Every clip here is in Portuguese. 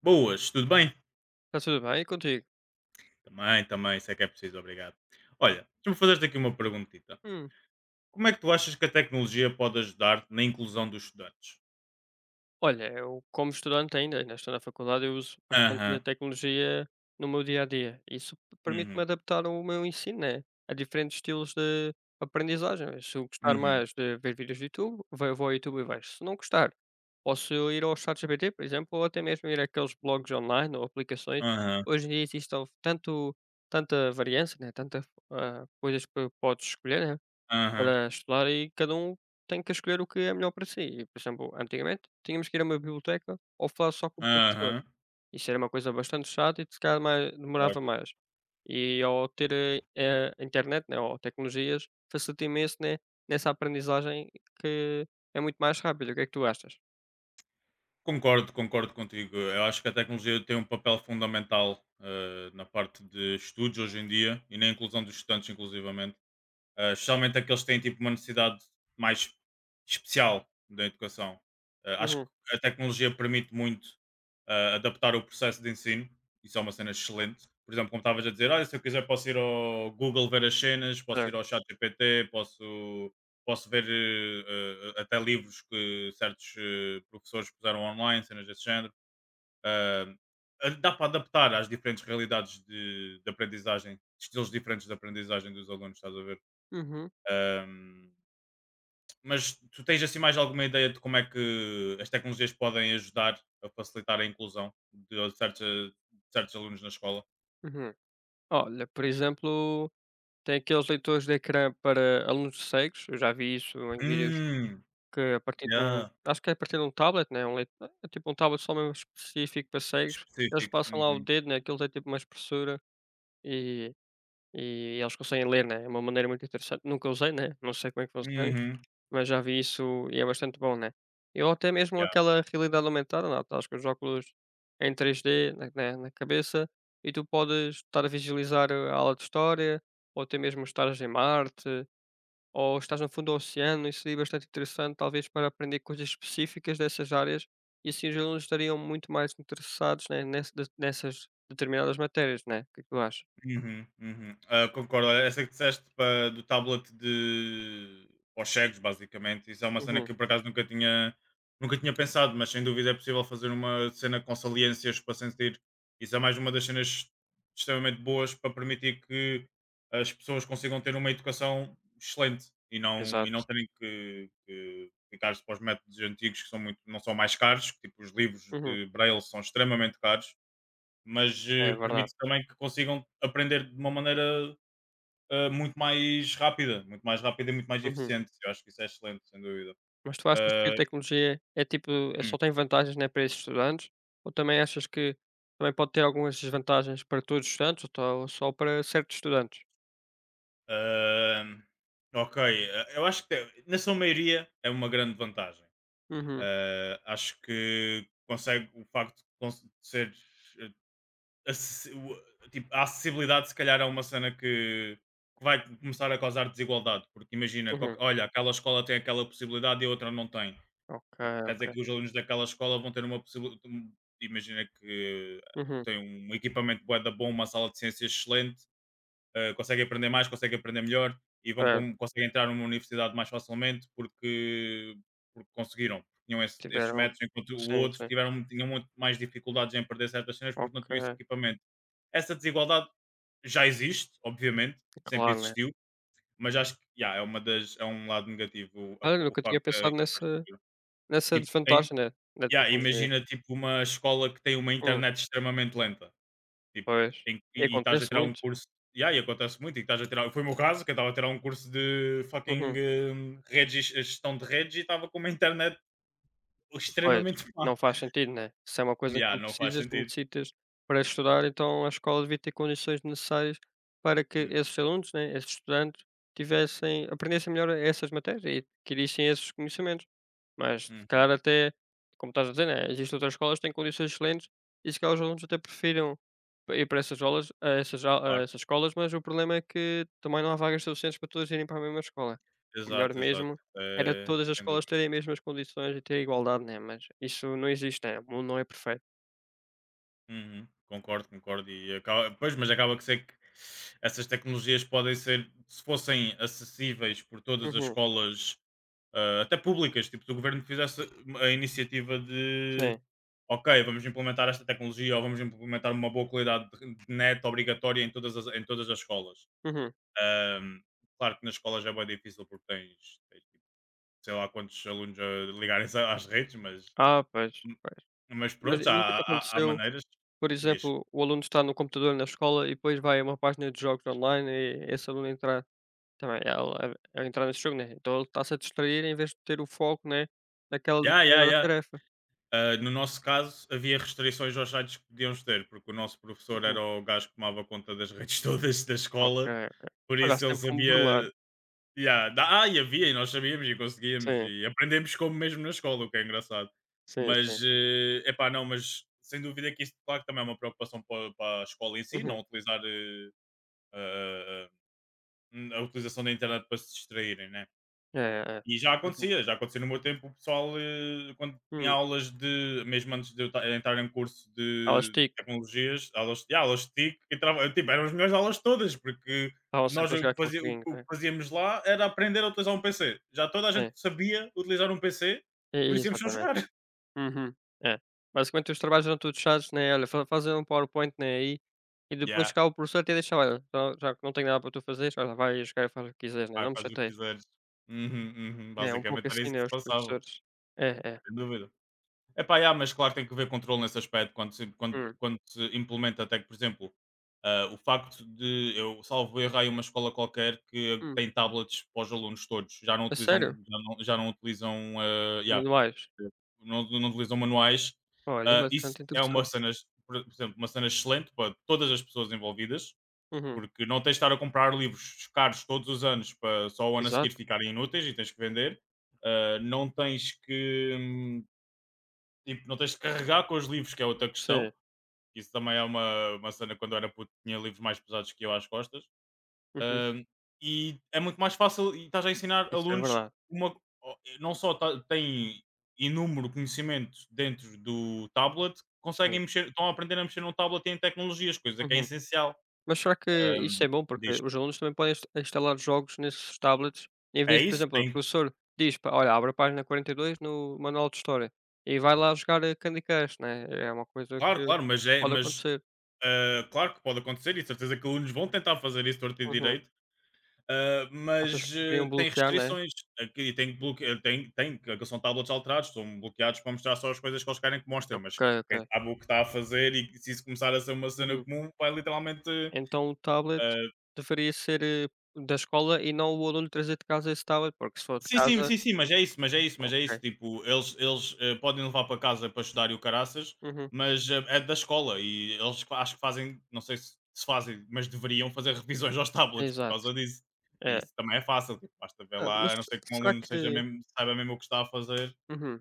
Boas, tudo bem? Está tudo bem e contigo? Também, também, isso é que é preciso, obrigado. Olha, deixa-me fazer-te aqui uma perguntita. Hum. Como é que tu achas que a tecnologia pode ajudar na inclusão dos estudantes? Olha, eu como estudante ainda estou na faculdade, eu uso bastante a Aham, tecnologia no meu dia a dia. Isso permite-me uhum, adaptar o meu ensino, né? A diferentes estilos de aprendizagem. Se eu gostar uhum, mais de ver vídeos do YouTube, vou ao YouTube e vejo. Se não gostar, posso ir ao ChatGPT, por exemplo, ou até mesmo ir àqueles blogs online ou aplicações. aham, Hoje em dia existe tanto, tanta variância, né? Tanta coisas que podes escolher, né? aham, Para estudar e cada um tem que escolher o que é melhor para si. E, por exemplo, antigamente tínhamos que ir a uma biblioteca ou falar só com o professor. aham. Isso era uma coisa bastante chata e se calhar demorava Claro. mais. E ao ter a internet, né, ou tecnologias, facilita imenso né, nessa aprendizagem que é muito mais rápida. O que é que tu achas? Concordo, concordo contigo. Eu acho que a tecnologia tem um papel fundamental na parte de estudos hoje em dia e na inclusão dos estudantes, inclusivamente. Especialmente aqueles que têm tipo uma necessidade mais especial da educação. Acho Uhum, que a tecnologia permite muito adaptar o processo de ensino, isso é uma cena excelente. Por exemplo, como estavas a dizer, olha, se eu quiser posso ir ao Google ver as cenas, posso ir ao certo. chat GPT, posso, posso ver até livros que certos professores puseram online, cenas desse género. Ah, Dá para adaptar às diferentes realidades de aprendizagem, estilos diferentes de aprendizagem dos alunos, estás a ver? Uhum, Ahm, mas tu tens assim mais alguma ideia de como é que as tecnologias podem ajudar a facilitar a inclusão de certos alunos na escola? uhum. Olha, por exemplo, tem aqueles leitores de ecrã para alunos cegos, eu já vi isso em vídeos. Hum, Que, a partir de um yeah, acho que é a partir de um tablet, né, um leit é tipo um tablet só mesmo específico para cegos. Eles específico. passam lá o Uhum. dedo, né, aquilo tem tipo uma espessura e e eles conseguem ler, né, é uma maneira muito interessante. Nunca usei, né, não sei como é que funciona, Uhum. mas já vi isso e é bastante bom, né. Ou até mesmo aquela realidade aumentada, lá estás com os óculos em 3D na né, na cabeça e tu podes estar a visualizar a aula de história ou até mesmo estares em Marte ou estás no fundo do oceano, isso seria bastante interessante, talvez para aprender coisas específicas dessas áreas, e assim os alunos estariam muito mais interessados, né, nessas determinadas matérias, né? O que é que tu achas? Uhum, uhum. Ah, concordo. Olha, essa que disseste do tablet de aos cegos, basicamente. Isso é uma cena Uhum, que eu por acaso nunca tinha pensado, mas sem dúvida é possível fazer uma cena com saliências para sentir. Isso é mais uma das cenas extremamente boas para permitir que as pessoas consigam ter uma educação excelente e e não exato. terem que ficar-se para os métodos antigos que são muito, não são mais caros, que, tipo os livros Uhum, de Braille são extremamente caros mas é verdade. permite também que consigam aprender de uma maneira muito mais rápida e muito mais Uhum. eficiente. Eu acho que isso é excelente, sem dúvida. Mas tu achas que a Ah, tecnologia é tipo, hum, só tem vantagens, né, para esses estudantes? Ou também achas que também pode ter algumas desvantagens para todos os estudantes, ou só para certos estudantes? ah, ok, eu acho que na sua maioria é uma grande vantagem. Uhum, Acho que consegue o facto de de ser eh, tipo, a acessibilidade se calhar é uma cena que vai começar a causar desigualdade, porque imagina, uhum. Olha, aquela escola tem aquela possibilidade e a outra não tem. Ok, Tipo, quer dizer ok. que os alunos daquela escola vão ter uma possibilidade. Imagina que Uhum. têm um equipamento bué da bom, uma sala de ciências excelente, conseguem aprender mais, conseguem aprender melhor e vão para É, conseguem entrar numa universidade mais facilmente porque conseguiram, porque tinham esses tiveram. métodos, enquanto o Sim, outro sim. Tinham muito mais dificuldades em perder certas cenas porque não Ok. tinham esse equipamento. Essa desigualdade já existe, obviamente, sempre Claro, né. existiu, mas acho que yeah, é uma das é um lado negativo Olha, o nunca tinha facto pensado nessa de. desvantagem, né, da Yeah, tecnologia. imagina tipo uma escola que tem uma Hum, internet extremamente lenta, tipo, pois. em que E e estás a acontece tirar um muito. curso yeah, e acontece muito, e estás a tirar foi o meu caso, que eu estava a tirar um curso de fucking, Uhum. Redes e gestão de redes e estava com uma internet Pois, extremamente má. não faz sentido, né. Se é uma coisa que Yeah, tu não faz precisas, sentido. necessitas para estudar, então a escola devia ter condições necessárias para que Hum, esses alunos, né, esses estudantes, tivessem aprendessem melhor essas matérias e adquirissem esses conhecimentos. Mas se uhum, calhar até, como estás a dizer, né, existem outras escolas que têm condições excelentes e se calhar os alunos até prefiram pa ir para essas aulas a claro. essas escolas, mas o problema é que também não há vagas suficientes para todos irem para a mesma escola. O melhor Exato, exato. mesmo era todas as Sem escolas dúvida. terem as mesmas condições e ter igualdade, né, mas isso não existe, né, o mundo não é perfeito. Uhum, concordo, concordo e acaba pois, mas acaba que ser que essas tecnologias podem ser se fossem acessíveis por todas as Uhum, escolas, até públicas, tipo do governo que fizesse a iniciativa de sim. ok, vamos implementar esta tecnologia ou vamos implementar uma boa qualidade de net obrigatória em todas em todas as escolas. Uhum. Ahm, Claro que nas escolas já é bem difícil porque tens, sei lá quantos alunos a ligarem-se às redes, Ah, pois, pois. mas Mas pronto, e já nunca te há aconteceu, maneiras. por Diz. exemplo, o aluno está no computador na escola e depois vai a uma página de jogos online e esse aluno entrar também, ela a entrar nesse jogo, né, então ele está-se a distrair em vez de ter o foco, né, naquela Ya, ya, determinada ya. tarefa. Ah, no nosso caso, havia restrições aos sites que podíamos ter, porque o nosso professor Uhum. era o gajo que tomava conta das redes todas da Ok, escola, ok. por Olha, isso ele sempre como sabia. burlar. Yeah, e havia, e nós sabíamos e conseguíamos, Sim, e aprendemos como mesmo na escola, o que é engraçado. sim, sim. Mas, é epá, não, mas sem dúvida que isso, claro, que também é uma preocupação para a escola em si, Uhum. não utilizar ah, ah, a utilização da internet para se distraírem, né? É, é, é. E Uhum. Já acontecia no meu tempo, o pessoal, quando tinha Hum. aulas de mesmo antes de eu entrar em curso Ela de estica, tecnologias, aulas, yeah, aulas de TIC, entrava, eu, tipo, eram as melhores aulas todas, porque estavam nós sempre a jogar aquele joguinho, o né. que fazíamos lá era aprender a utilizar um PC. Já toda a gente É, sabia utilizar um PC, e por isso íamos só exatamente. jogar. Uhum. É. Basicamente os trabalhos eram todos chatos, né, olha, fa fazer um PowerPoint, né, aí, e depois Yeah, cá o professor até deixava: "Olha, já que não tenho nada para tu fazer olha, vai jogar e faz o que quiseres, né, vai, não me faz o que chateies". quiseres. Uhum, uhum, É um pouco basicamente era assim, isso que né, se os passava, professores. É, é. sem dúvida. Epá, yeah, mas claro que tem que haver controle nesse aspecto quando Hum, quando se implementa até que, por exemplo, o facto de eu salvo erro há aí uma escola qualquer que hum. tem tablets para os alunos todos, já não A utilizam, sério? Já não utilizam, ah, yeah, Manuais? Não utilizam manuais. Olha, Ah, isso bastante é uma interessante. cena, por exemplo, uma cena excelente para todas as pessoas envolvidas, Uhum. porque não tens de estar a comprar livros caros todos os anos para só o ano a seguir Exato. ficarem inúteis e tens que vender. Ah, não tens que tipo, não tens de carregar com os livros, que é outra questão. Sim. Isso também é uma cena quando eu era puto, tinha livros mais pesados que eu às costas. Uhum. Ahm, e é muito mais fácil e estás a ensinar Isso é alunos verdade. uma. Ó, não só têm inúmero conhecimento dentro do tablet, Sim. conseguem mexer, estão a aprender a mexer num tablet e em tecnologias, coisa que é Uhum. essencial. Mas será que isso Ahm, é bom? Porque diz, os alunos também podem instalar jogos nesses tablets, em é vez de, por isso, exemplo, o tem que. professor diz: "Pa olha, abre a página 42 no manual de história", e vai lá jogar a Candy Crush, né, é uma coisa Claro, que claro, mas é, pode mas acontecer. Claro que pode acontecer e certeza que alunos vão tentar fazer isso torto e Uhum. direito. Ah, Achas que mas, deveriam tem bloquear, né? restrições aqui tem tem, que são tablets alterados, estão bloqueados para mostrar só as coisas que eles querem que mostre, Ok, mas quem ok. sabe o que está a fazer e se isso começar a ser uma cena Uhum. comum vai literalmente, Então o tablet ah. deveria ser, da escola e não o aluno trazer de casa esse tablet, porque se for de Sim, sim, casa sim, sim, mas é isso, mas é isso, mas é isso. ok. Tipo, eles podem levar para casa para estudar e o caraças, Uhum, mas é da escola e eles acho que fazem, não sei se fazem, mas deveriam fazer revisões aos tablets por exato. causa disso. E É. isso também é fácil, tipo, basta ver Ah, mas lá, a não ser que um será aluno seja que, mesmo, saiba mesmo o que está a fazer. uhum.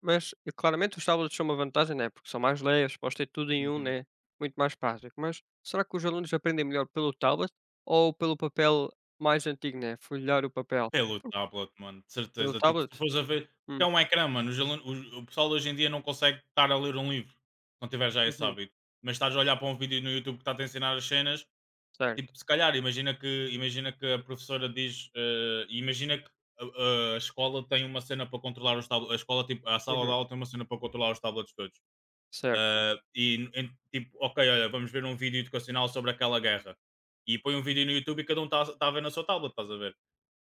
Mas, claramente os tablets são uma vantagem, né, porque são mais leves, podes ter tudo em um Uhum. né, muito mais prático. Mas será que os alunos aprendem melhor pelo tablet ou pelo papel mais antigo, né, folhear o papel? Pelo tablet, mano, de Pelo certeza. Tipo, se tu tablet? fores a ver, porque é Hum, um ecrã, mano, o pessoal hoje em dia não consegue estar a ler um livro, se não tiver já esse uhum, hábito. Mas estás a olhar para um vídeo no YouTube que está a ensinar as cenas. certo. Tipo, se calhar, imagina que a professora diz, imagina que a escola tem uma cena para controlar os tablets, a escola, tipo, a sala de Uhum, aula tem uma cena para controlar os tablets todos. certo, certo, Tipo, ok, olha, vamos ver um vídeo educacional sobre aquela guerra. E põe um vídeo no YouTube e cada um está a ver na sua tablet, estás a ver?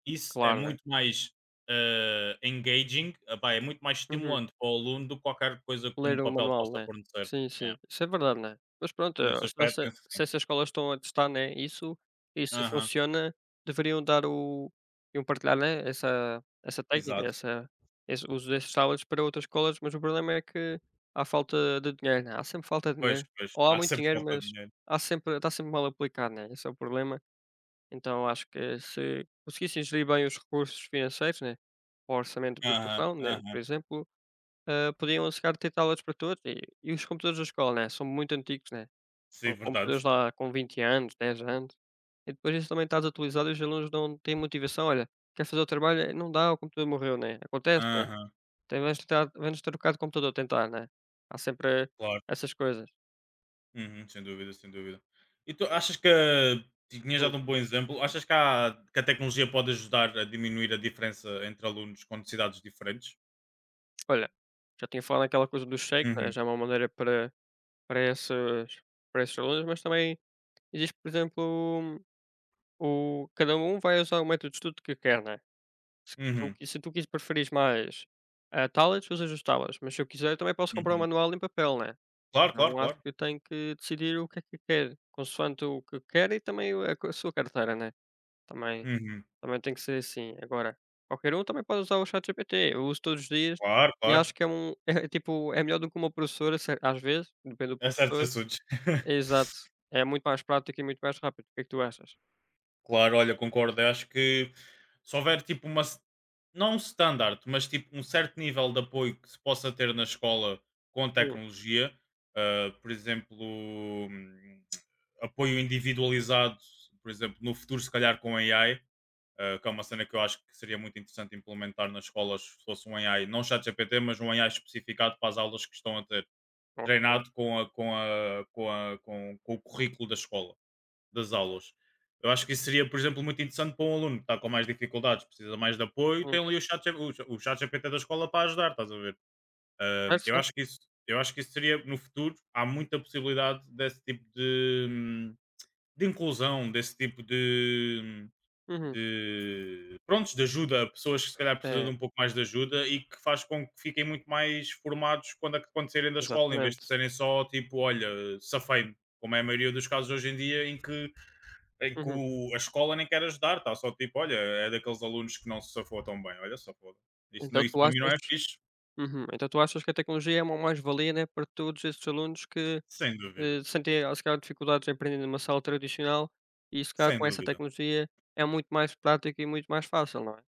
Isso é claro, né. muito mais engaging, pá, é muito mais Uhum. estimulante para o aluno do que qualquer coisa que Ler um o papel manual, possa né. fornecer. Sim, É. sim. Isso é verdade, né. Mas pronto, Nesse se aspecto, se penso que se sim. essas escolas estão a testar, né, isso e se Aham, funciona, deveriam dar o iam partilhar, né, essa técnica, exato. essa esse uso desses tablets para outras escolas, mas o problema é que há falta de dinheiro, né, há sempre falta de Pois, dinheiro. pois, Ou há há muito sempre dinheiro, falta de mas dinheiro. há sempre está sempre mal aplicado, né, esse é o problema. Então acho que se conseguissem gerir bem os recursos financeiros, né, o orçamento de Aham, educação, né, por aham. exemplo podiam chegar a ter tablets para todos e os computadores da escola, né, são muito antigos, né, Sim, são verdade. computadores lá com 20 anos, 10 anos, e depois isso também está desatualizado e os alunos não têm motivação, olha, quer fazer o trabalho, não dá, o computador morreu, né, acontece, né, Aham, tem vamos tentar vamos trocar de computador, tentar, né, há sempre claro. essas coisas. Uhum, sem dúvida, sem dúvida. E tu achas que tinha já Hum. dado um bom exemplo? Achas que, há, que a tecnologia pode ajudar a diminuir a diferença entre alunos com necessidades diferentes? Olha, já tinha falado naquela coisa do shake, né, Uhum, já é uma maneira para esses para esses alunos, mas também existe, por exemplo, o cada um vai usar o método de estudo que quer, né. Se tu uhum, qui- se tu quis preferires mais, tablets, usas os tablets, mas se eu quiser também posso comprar um uhum. manual em papel, né. Claro, Então claro, acho claro. que tenho que decidir o que é que quero, consoante o que quero e também a sua carteira, né. Também Uhum. também tem que ser assim. Agora, qualquer um também pode usar o ChatGPT, eu uso todos os dias Claro, e claro. acho que é tipo, é melhor do que uma professora se às vezes, depende do É certos professor. assuntos. Exato, é muito mais prático e muito mais rápido. O que é que tu achas? Claro, olha, concordo. Eu acho que se houver tipo uma, não um standard, mas tipo um certo nível de apoio que se possa ter na escola com Hum. tecnologia, por exemplo, hum, apoio individualizado, por exemplo, no futuro, se calhar com AI, que é uma cena que eu acho que seria muito interessante implementar nas escolas se fosse um AI, não chat GPT, mas um AI especificado para as aulas que estão a ter, Ok. treinado com o currículo da escola das aulas. Eu acho que isso seria, por exemplo, muito interessante para um aluno que está com mais dificuldades, precisa mais de apoio, Hum, tem ali o o chat GPT da escola para ajudar, estás a ver? Certo, Acho certo. que eu acho que isso seria, no futuro, há muita possibilidade desse tipo de inclusão, desse tipo Uhum. de prontos de ajuda a pessoas que se calhar precisam É, de um pouco mais de ajuda e que faz com que fiquem muito mais formados quando acontecerem da escola, em vez de exatamente. serem só tipo, olha, safei, como é a maioria dos casos hoje em dia, em que Uhum. A escola nem quer ajudar, está só tipo, olha, é daqueles alunos que não se safou tão bem, olha só, foda. Isso, Então isso tu para mim não achas, é fixe, uhum, então tu achas que a tecnologia é uma mais-valia, né, para todos esses alunos que, sem dúvida, sentem, se calhar dificuldades em aprender numa sala tradicional e se calhar sem com essa dúvida. tecnologia é muito mais prático e muito mais fácil, não é?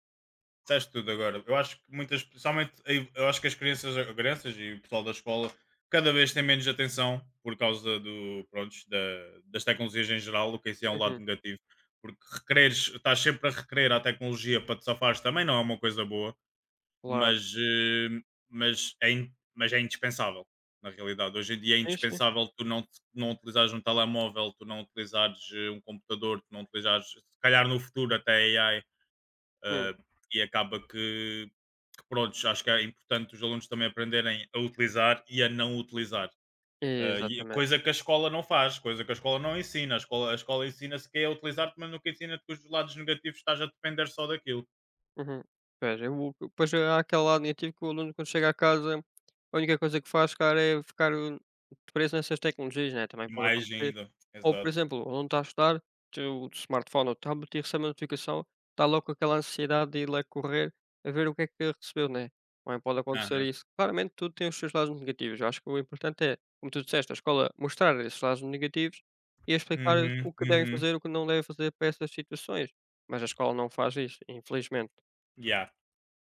Disseste tudo agora. Eu acho que muitas, principalmente, aí, eu acho que as crianças e o pessoal da escola cada vez têm menos atenção por causa do, pronto, das tecnologias em geral, o que isso é um lado Uhum, negativo. Porque requereres, estás sempre a requerer a tecnologia para te safares também não é uma coisa boa. claro. Mas, eh, mas, é in mas é indispensável, na realidade. Hoje em dia é Sim, sim. indispensável tu não te não utilizares um telemóvel, tu não utilizares, um computador, tu não utilizares se calhar no futuro até AI, Hum, eh, e acaba que prontos, acho que é importante os alunos também aprenderem a utilizar e a não utilizar. E exatamente. coisa que a escola não faz, coisa que a escola não ensina. A escola ensina-se que é a utilizar-te, mas nunca ensina-te que os lados negativos estás a depender só daquilo. Uhum. Pois, eu pois há aquele lado negativo que o aluno quando chega a casa, a única coisa que faz, cara, é ficar, preso nessas tecnologias, né, também pode Mais acontecer. ainda, Ou, por exato. exemplo, o aluno está a estudar, tem o smartphone ou tablet e recebe uma notificação, está logo com aquela ansiedade de ir lá correr a ver o que é que recebeu, né. Também pode acontecer Ah. isso. Claramente tudo tem os seus lados negativos. Eu acho que o importante é, como tu disseste, a escola mostrar esses lados negativos e explicar Uhum, o que devem uhum. fazer, o que não devem fazer para essas situações, mas a escola não faz isso, infelizmente. Yeah,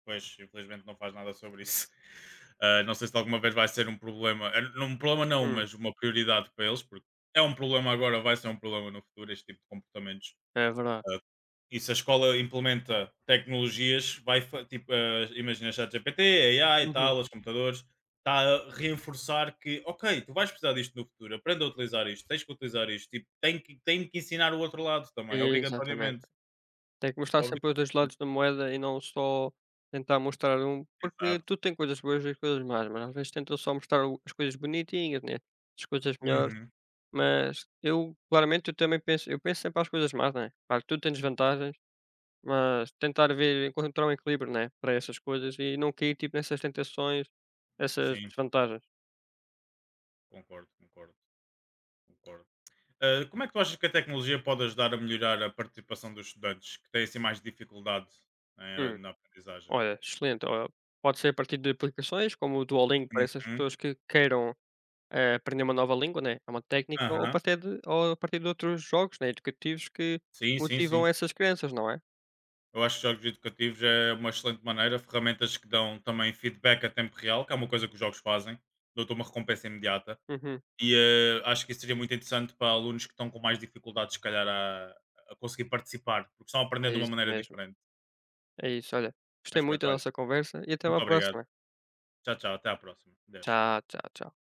pois, infelizmente não faz nada sobre isso. Ah, não sei se alguma vez vai ser um problema, não um problema não, Hum, mas uma prioridade para eles, porque é um problema agora, vai ser um problema no futuro, este tipo de comportamentos. é verdade. Ah, e se a escola implementa tecnologias, tipo, ah, imagina ChatGPT, AI e Uhum. tal, os computadores, está a reforçar que, ok, tu vais precisar disto no futuro, aprenda a utilizar isto, tens que utilizar isto, tipo, tem que ensinar o outro lado também, Exatamente. obrigatoriamente. Tem que mostrar Obri- sempre os 2 lados da moeda e não só tentar mostrar um porque Exato. tudo tem coisas boas e coisas más, mas às vezes tentam só mostrar o as coisas bonitinhas, né, as coisas melhores, Uhum. mas eu, claramente, eu também penso, eu penso sempre às coisas más, né. Claro que tudo tem desvantagens, mas tentar ver encontrar um equilíbrio, né, para essas coisas e não cair, tipo, nessas tentações, essas Sim, desvantagens. concordo, concordo, concordo. Ah, como é que tu achas que a tecnologia pode ajudar a melhorar a participação dos estudantes que têm assim mais dificuldade Hum. na aprendizagem? Olha, excelente, olha, pode ser a partir de aplicações como o Duolingo para essas Uhum, pessoas que queiram aprender uma nova língua, né, é uma técnica ou a aham. partir de outros jogos, né, educativos que Sim, sim, motivam sim. essas crianças, não é? Eu acho que jogos educativos é uma excelente maneira, ferramentas que dão também feedback a tempo real, que é uma coisa que os jogos fazem, dão-te uma recompensa imediata. Uhum. E acho que isso seria muito interessante para alunos que estão com mais dificuldades, se a conseguir participar, porque estão É aprendendo de uma isso maneira mesmo. diferente. É isso, olha, gostei Mas muito da pronto, olha, nossa conversa e até muito uma obrigado. próxima. Tchau, tchau, até à próxima. Adeus. Tchau, tchau, tchau.